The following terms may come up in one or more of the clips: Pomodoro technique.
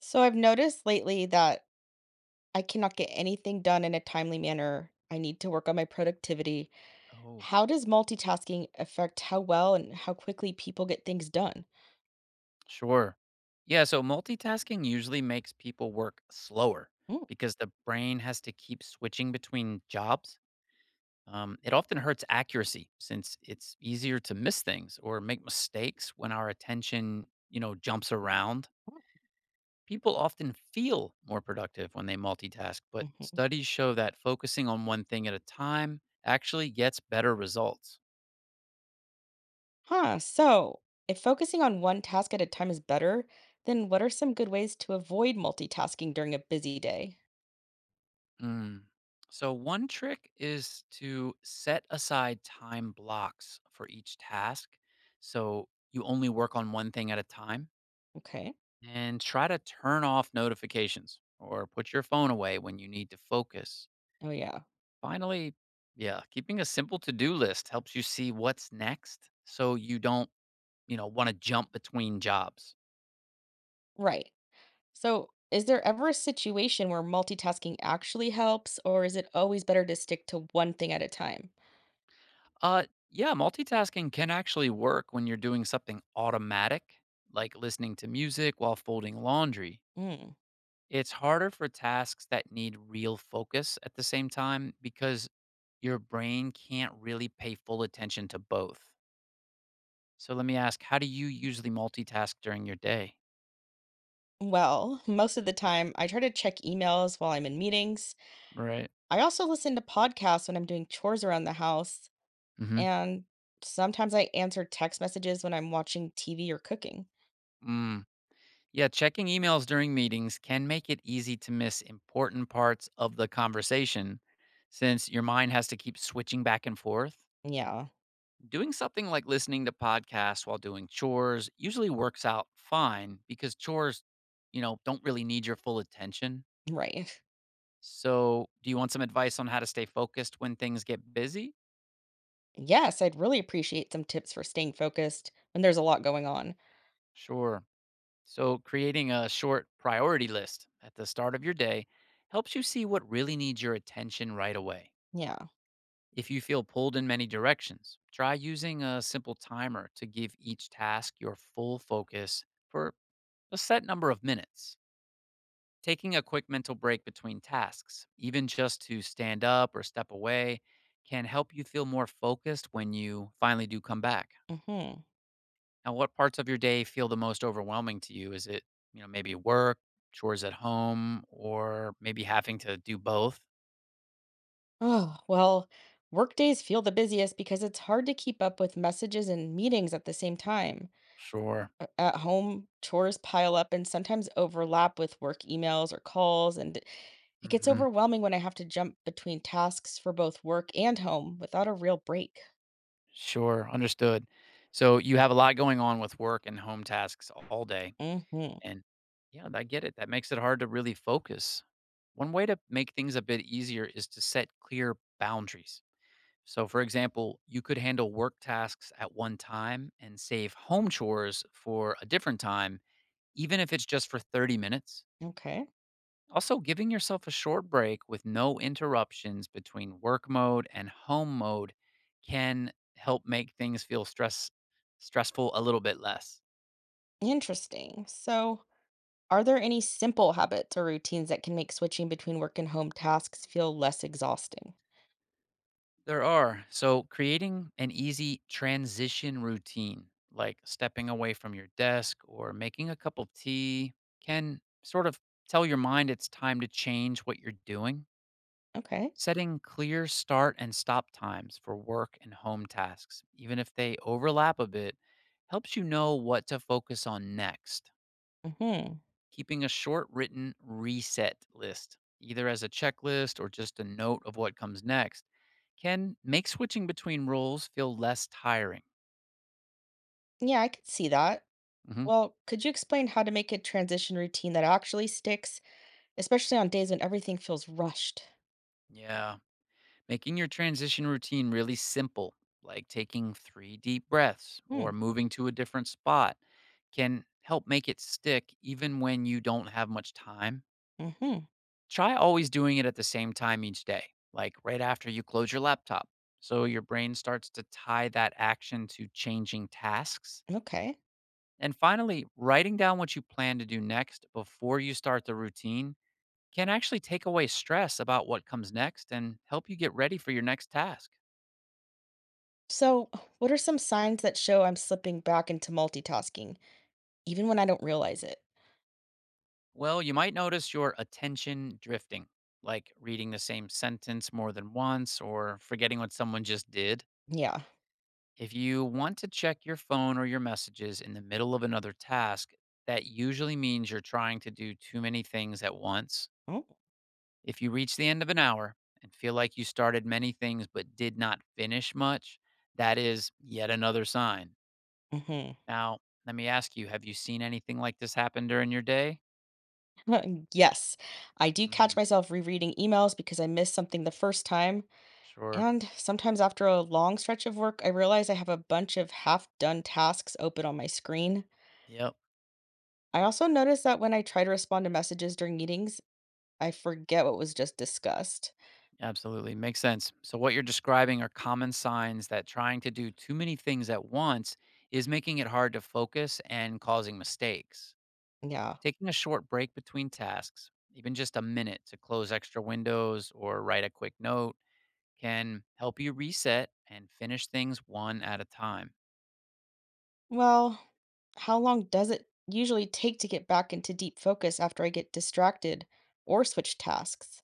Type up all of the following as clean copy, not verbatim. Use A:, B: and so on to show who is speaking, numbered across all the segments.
A: So I've noticed lately that I cannot get anything done in a timely manner. I need to work on my productivity.
B: Oh,
A: How does multitasking affect how well and how quickly people get things done?
B: sure. Yeah, so multitasking usually makes people work slower
A: Mm.
B: because the brain has to keep switching between jobs. It often hurts accuracy since it's easier to miss things or make mistakes when our attention, you know, jumps around.
A: Mm.
B: People often feel more productive when they multitask, but
A: Mhm.
B: studies show that focusing on one thing at a time actually gets better results.
A: Huh. So if focusing on one task at a time is better, then what are some good ways to avoid multitasking during a busy day?
B: Mm. So, one trick is to set aside time blocks for each task. So, you only work on one thing at a time
A: Okay.
B: and try to turn off notifications or put your phone away when you need to focus.
A: Oh, yeah.
B: Finally, yeah, keeping a simple to do list helps you see what's next so you don't, want to jump between jobs.
A: Right. So is there ever a situation where multitasking actually helps, or is it always better to stick to one thing at a time?
B: Uh, yeah, multitasking can actually work when you're doing something automatic, like listening to music while folding laundry. It's harder for tasks that need real focus at the same time because your brain can't really pay full attention to both. So let me ask, how do you usually multitask during your day?
A: Well, most of the time, I try to check emails while I'm in meetings.
B: Right.
A: I also listen to podcasts when I'm doing chores around the house,
B: Hmm.
A: and sometimes I answer text messages when I'm watching TV or cooking.
B: Mm. Yeah, checking emails during meetings can make it easy to miss important parts of the conversation since your mind has to keep switching back and forth.
A: Yeah,
B: Doing something like listening to podcasts while doing chores usually works out fine because chores, you know, don't really need your full attention.
A: right.
B: So, do you want some advice on how to stay focused when things get busy?
A: Yes, I'd really appreciate some tips for staying focused when there's a lot going on.
B: Sure. So, creating a short priority list at the start of your day helps you see what really needs your attention right away.
A: Yeah.
B: If you feel pulled in many directions, try using a simple timer to give each task your full focus for a set number of minutes. Taking a quick mental break between tasks, even just to stand up or step away, can help you feel more focused when you finally do come back.
A: Mm-hmm.
B: Now, what parts of your day feel the most overwhelming to you? Is it, you know, maybe work, chores at home, or maybe having to do both?
A: Oh, well, work days feel the busiest because it's hard to keep up with messages and meetings at the same time.
B: Sure.
A: At home, chores pile up and sometimes overlap with work emails or calls, and it gets
B: Hmm.
A: overwhelming when I have to jump between tasks for both work and home without a real break.
B: Sure. Understood. So you have a lot going on with work and home tasks all day.
A: Mhm.
B: And yeah, I get it. That makes it hard to really focus. One way to make things a bit easier is to set clear boundaries. So, for example, you could handle work tasks at one time and save home chores for a different time, even if it's just for 30 minutes.
A: Okay.
B: Also, giving yourself a short break with no interruptions between work mode and home mode can help make things feel stressful a little bit less.
A: Interesting. So are there any simple habits or routines that can make switching between work and home tasks feel less exhausting?
B: There are. So, creating an easy transition routine, like stepping away from your desk or making a cup of tea, can sort of tell your mind it's time to change what you're doing.
A: Okay.
B: Setting clear start and stop times for work and home tasks, even if they overlap a bit, helps you know what to focus on next.
A: Mhm.
B: Keeping a short written reset list, either as a checklist or just a note of what comes next, can make switching between roles feel less tiring.
A: Yeah, I could see that.
B: Mhm.
A: Well, could you explain how to make a transition routine that actually sticks, especially on days when everything feels rushed?
B: Yeah. Making your transition routine really simple, like taking three deep breaths
A: Hmm.
B: or moving to a different spot, can help make it stick even when you don't have much time.
A: Mhm.
B: Try always doing it at the same time each day, like right after you close your laptop. So your brain starts to tie that action to changing tasks.
A: Okay.
B: And finally, writing down what you plan to do next before you start the routine can actually take away stress about what comes next and help you get ready for your next task.
A: So, what are some signs that show I'm slipping back into multitasking, even when I don't realize it?
B: Well, you might notice your attention drifting, like reading the same sentence more than once or forgetting what someone just did.
A: Yeah.
B: If you want to check your phone or your messages in the middle of another task, that usually means you're trying to do too many things at once.
A: Oh.
B: If you reach the end of an hour and feel like you started many things but did not finish much, that is yet another sign.
A: Hmm.
B: Now, let me ask you, have you seen anything like this happen during your day?
A: Yes. I do catch
B: Mhm.
A: myself rereading emails because I missed something the first time.
B: Sure.
A: And sometimes after a long stretch of work, I realize I have a bunch of half done tasks open on my screen.
B: Yep.
A: I also notice that when I try to respond to messages during meetings, I forget what was just discussed.
B: Absolutely. Makes sense. So, what you're describing are common signs that trying to do too many things at once is making it hard to focus and causing mistakes.
A: Yeah.
B: Taking a short break between tasks, even just a minute to close extra windows or write a quick note, can help you reset and finish things one at a time.
A: Well, how long does it usually take to get back into deep focus after I get distracted or switch tasks?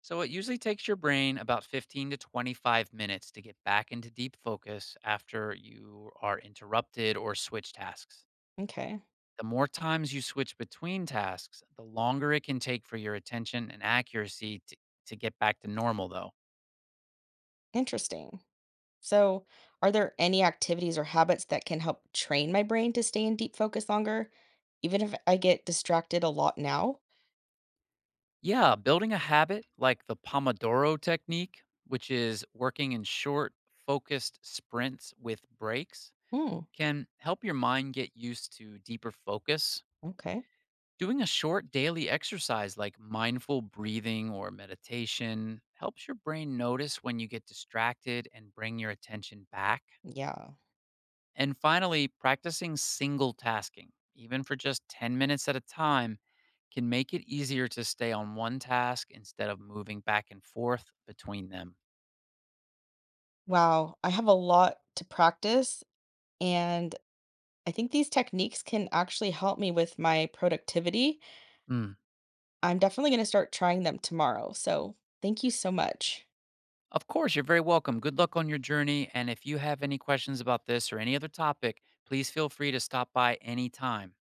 B: So it usually takes your brain about 15 to 25 minutes to get back into deep focus after you are interrupted or switch tasks.
A: Okay,
B: The more times you switch between tasks, the longer it can take for your attention and accuracy to get back to normal, though.
A: interesting. So, are there any activities or habits that can help train my brain to stay in deep focus longer, even if I get distracted a lot now?
B: Yeah, building a habit like the Pomodoro technique, which is working in short, focused sprints with breaks,
A: Hmm,
B: can help your mind get used to deeper focus.
A: okay.
B: Doing a short daily exercise like mindful breathing or meditation helps your brain notice when you get distracted and bring your attention back.
A: Yeah.
B: And finally, practicing single tasking, even for just 10 minutes at a time, can make it easier to stay on one task instead of moving back and forth between them.
A: Wow, I have a lot to practice, and I think these techniques can actually help me with my productivity.
B: Mm.
A: I'm definitely gonna start trying them tomorrow, so thank you so much.
B: Of course, you're very welcome. Good luck on your journey. And if you have any questions about this or any other topic, please feel free to stop by anytime.